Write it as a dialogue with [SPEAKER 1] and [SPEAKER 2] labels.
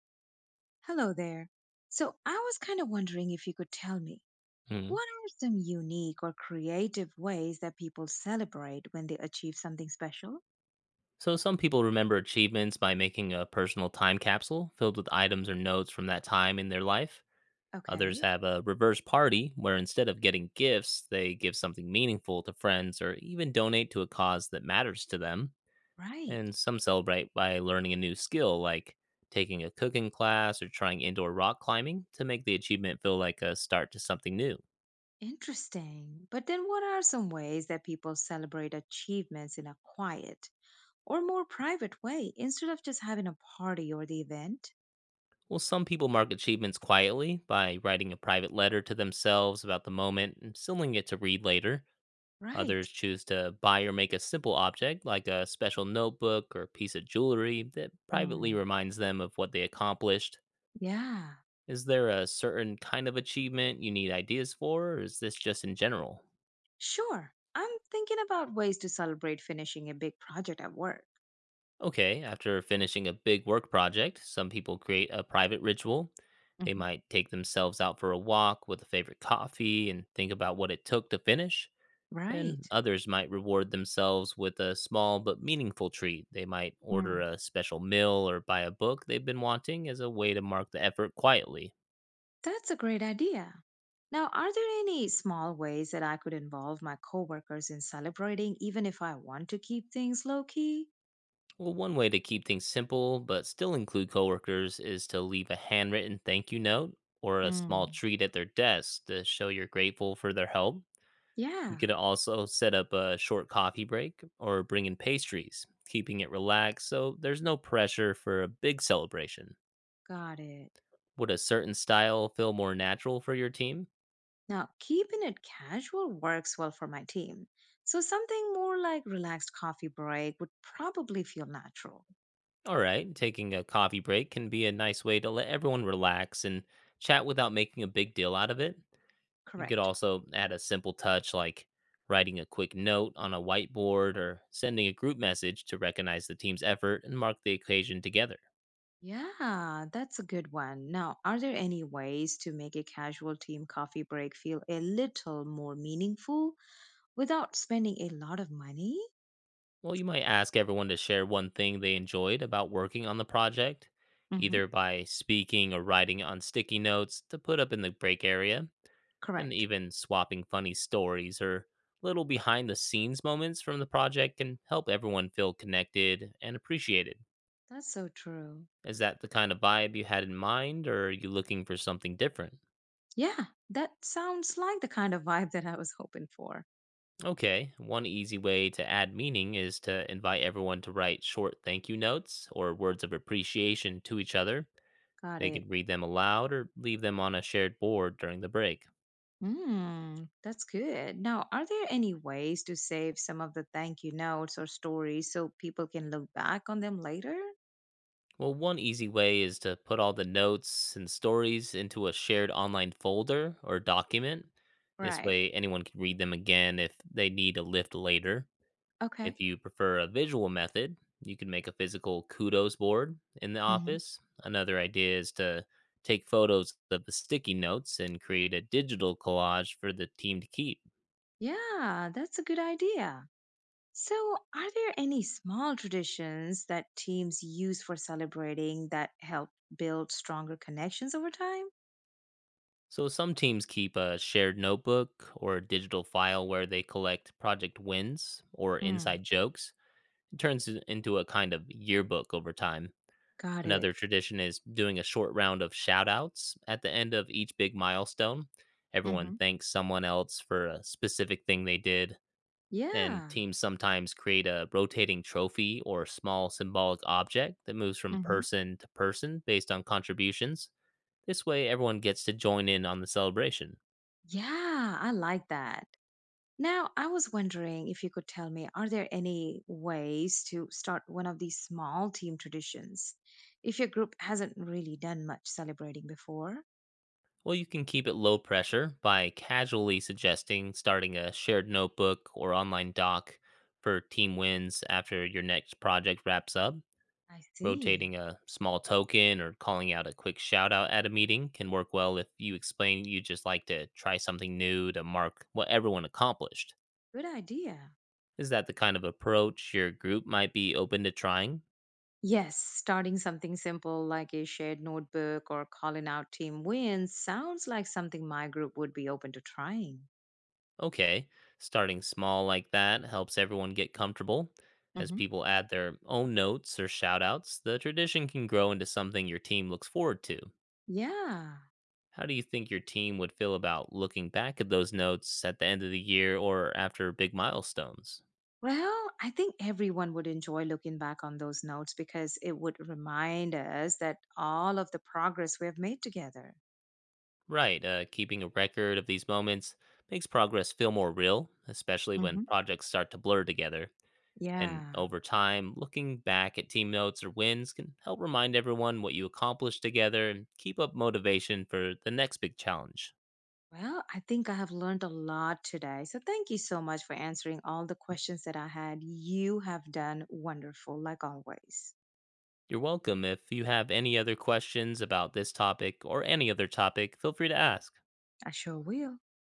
[SPEAKER 1] Hello there. So I was kind of wondering if you could tell me
[SPEAKER 2] Mhm.
[SPEAKER 1] what are some unique or creative ways that people celebrate when they achieve something special?
[SPEAKER 2] So some people remember achievements by making a personal time capsule filled with items or notes from that time in their life. Others
[SPEAKER 1] Okay,
[SPEAKER 2] have a reverse party where, instead of getting gifts, they give something meaningful to friends or even donate to a cause that matters to them.
[SPEAKER 1] right.
[SPEAKER 2] And some celebrate by learning a new skill, like taking a cooking class or trying indoor rock climbing, to make the achievement feel like a start to something new.
[SPEAKER 1] Interesting. But then what are some ways that people celebrate achievements in a quiet or more private way instead of just having a party or the event?
[SPEAKER 2] Well, some people mark achievements quietly by writing a private letter to themselves about the moment and sealing it to read later.
[SPEAKER 1] Right.
[SPEAKER 2] Others choose to buy or make a simple object, like a special notebook or piece of jewelry, that privately
[SPEAKER 1] Hmm.
[SPEAKER 2] reminds them of what they accomplished.
[SPEAKER 1] Yeah,
[SPEAKER 2] Is there a certain kind of achievement you need ideas for, or is this just in general?
[SPEAKER 1] sure. I'm thinking about ways to celebrate finishing a big project at work.
[SPEAKER 2] Okay, after finishing a big work project, some people create a private ritual. They
[SPEAKER 1] Mhm.
[SPEAKER 2] might take themselves out for a walk with a favorite coffee and think about what it took to finish.
[SPEAKER 1] Right.
[SPEAKER 2] And others might reward themselves with a small but meaningful treat. They might order a special meal or buy a book they've been wanting as a way to mark the effort quietly.
[SPEAKER 1] That's a great idea. Now, are there any small ways that I could involve my coworkers in celebrating, even if I want to keep things low key?
[SPEAKER 2] Well, one way to keep things simple but still include coworkers is to leave a handwritten thank you note or a small
[SPEAKER 1] Mm,
[SPEAKER 2] treat at their desk to show you're grateful for their help. You
[SPEAKER 1] yeah,
[SPEAKER 2] could also set up a short coffee break or bring in pastries, keeping it relaxed so there's no pressure for a big celebration.
[SPEAKER 1] got it.
[SPEAKER 2] Would a certain style feel more natural for your team?
[SPEAKER 1] Now, keeping it casual works well for my team. So, something more like relaxed coffee break would probably feel natural.
[SPEAKER 2] All right, taking a coffee break can be a nice way to let everyone relax and chat without making a big deal out of it. You could
[SPEAKER 1] Correct.
[SPEAKER 2] also add a simple touch, like writing a quick note on a whiteboard or sending a group message to recognize the team's effort and mark the occasion together.
[SPEAKER 1] Yeah, that's a good one. Now, are there any ways to make a casual team coffee break feel a little more meaningful without spending a lot of money?
[SPEAKER 2] Well, you might ask everyone to share one thing they enjoyed about working on the project,
[SPEAKER 1] Mhm.
[SPEAKER 2] either by speaking or writing on sticky notes to put up in the break area, and
[SPEAKER 1] Correct.
[SPEAKER 2] even swapping funny stories or little behind the scenes moments from the project can help everyone feel connected and appreciated.
[SPEAKER 1] That's so true.
[SPEAKER 2] Is that the kind of vibe you had in mind, or are you looking for something different?
[SPEAKER 1] Yeah, that sounds like the kind of vibe that I was hoping for.
[SPEAKER 2] Okay, one easy way to add meaning is to invite everyone to write short thank you notes or words of appreciation to each other.
[SPEAKER 1] Got
[SPEAKER 2] They
[SPEAKER 1] it.
[SPEAKER 2] could read them aloud or leave them on a shared board during the break.
[SPEAKER 1] Mm, that's good. Now, are there any ways to save some of the thank you notes or stories so people can look back on them later?
[SPEAKER 2] Well, one easy way is to put all the notes and stories into a shared online folder or document. This
[SPEAKER 1] Right.
[SPEAKER 2] way, anyone can read them again if they need a lift later.
[SPEAKER 1] Okay.
[SPEAKER 2] If you prefer a visual method, you can make a physical kudos board in the
[SPEAKER 1] Hmm.
[SPEAKER 2] office. Another idea is to take photos of the sticky notes and create a digital collage for the team to keep.
[SPEAKER 1] Yeah, that's a good idea. So, are there any small traditions that teams use for celebrating that help build stronger connections over time?
[SPEAKER 2] So some teams keep a shared notebook or a digital file where they collect project wins or
[SPEAKER 1] Hmm.
[SPEAKER 2] inside jokes. It turns it into a kind of yearbook over time.
[SPEAKER 1] Got it.
[SPEAKER 2] Another tradition is doing a short round of shout outs at the end of each big milestone. Everyone thanks someone else for a specific thing they did, and
[SPEAKER 1] Yeah.
[SPEAKER 2] teams sometimes create a rotating trophy or small symbolic object that moves from
[SPEAKER 1] Hmm.
[SPEAKER 2] person to person based on contributions. This way, everyone gets to join in on the celebration.
[SPEAKER 1] Yeah, I like that. Now, I was wondering if you could tell me, are there any ways to start one of these small team traditions if your group hasn't really done much celebrating before?
[SPEAKER 2] Well, you can keep it low pressure by casually suggesting starting a shared notebook or online doc for team wins after your next project wraps up.
[SPEAKER 1] I see.
[SPEAKER 2] Rotating a small token or calling out a quick shout out at a meeting can work well if you explain you just like to try something new to mark what everyone accomplished.
[SPEAKER 1] Good idea.
[SPEAKER 2] Is that the kind of approach your group might be open to trying?
[SPEAKER 1] Yes, starting something simple like a shared notebook or calling out team wins sounds like something my group would be open to trying.
[SPEAKER 2] Okay, starting small like that helps everyone get comfortable. As
[SPEAKER 1] Hmm.
[SPEAKER 2] people add their own notes or shout outs, the tradition can grow into something your team looks forward to.
[SPEAKER 1] Yeah.
[SPEAKER 2] How do you think your team would feel about looking back at those notes at the end of the year or after big milestones?
[SPEAKER 1] Well, I think everyone would enjoy looking back on those notes because it would remind us that all of the progress we have made together.
[SPEAKER 2] Right, keeping a record of these moments makes progress feel more real, especially when
[SPEAKER 1] Hmm.
[SPEAKER 2] projects start to blur together. And
[SPEAKER 1] Yeah.
[SPEAKER 2] over time, looking back at team notes or wins can help remind everyone what you accomplished together and keep up motivation for the next big challenge.
[SPEAKER 1] Well, I think I have learned a lot today. So thank you so much for answering all the questions that I had. You have done wonderful, like always.
[SPEAKER 2] You're welcome. If you have any other questions about this topic or any other topic, feel free to ask.
[SPEAKER 1] I sure will.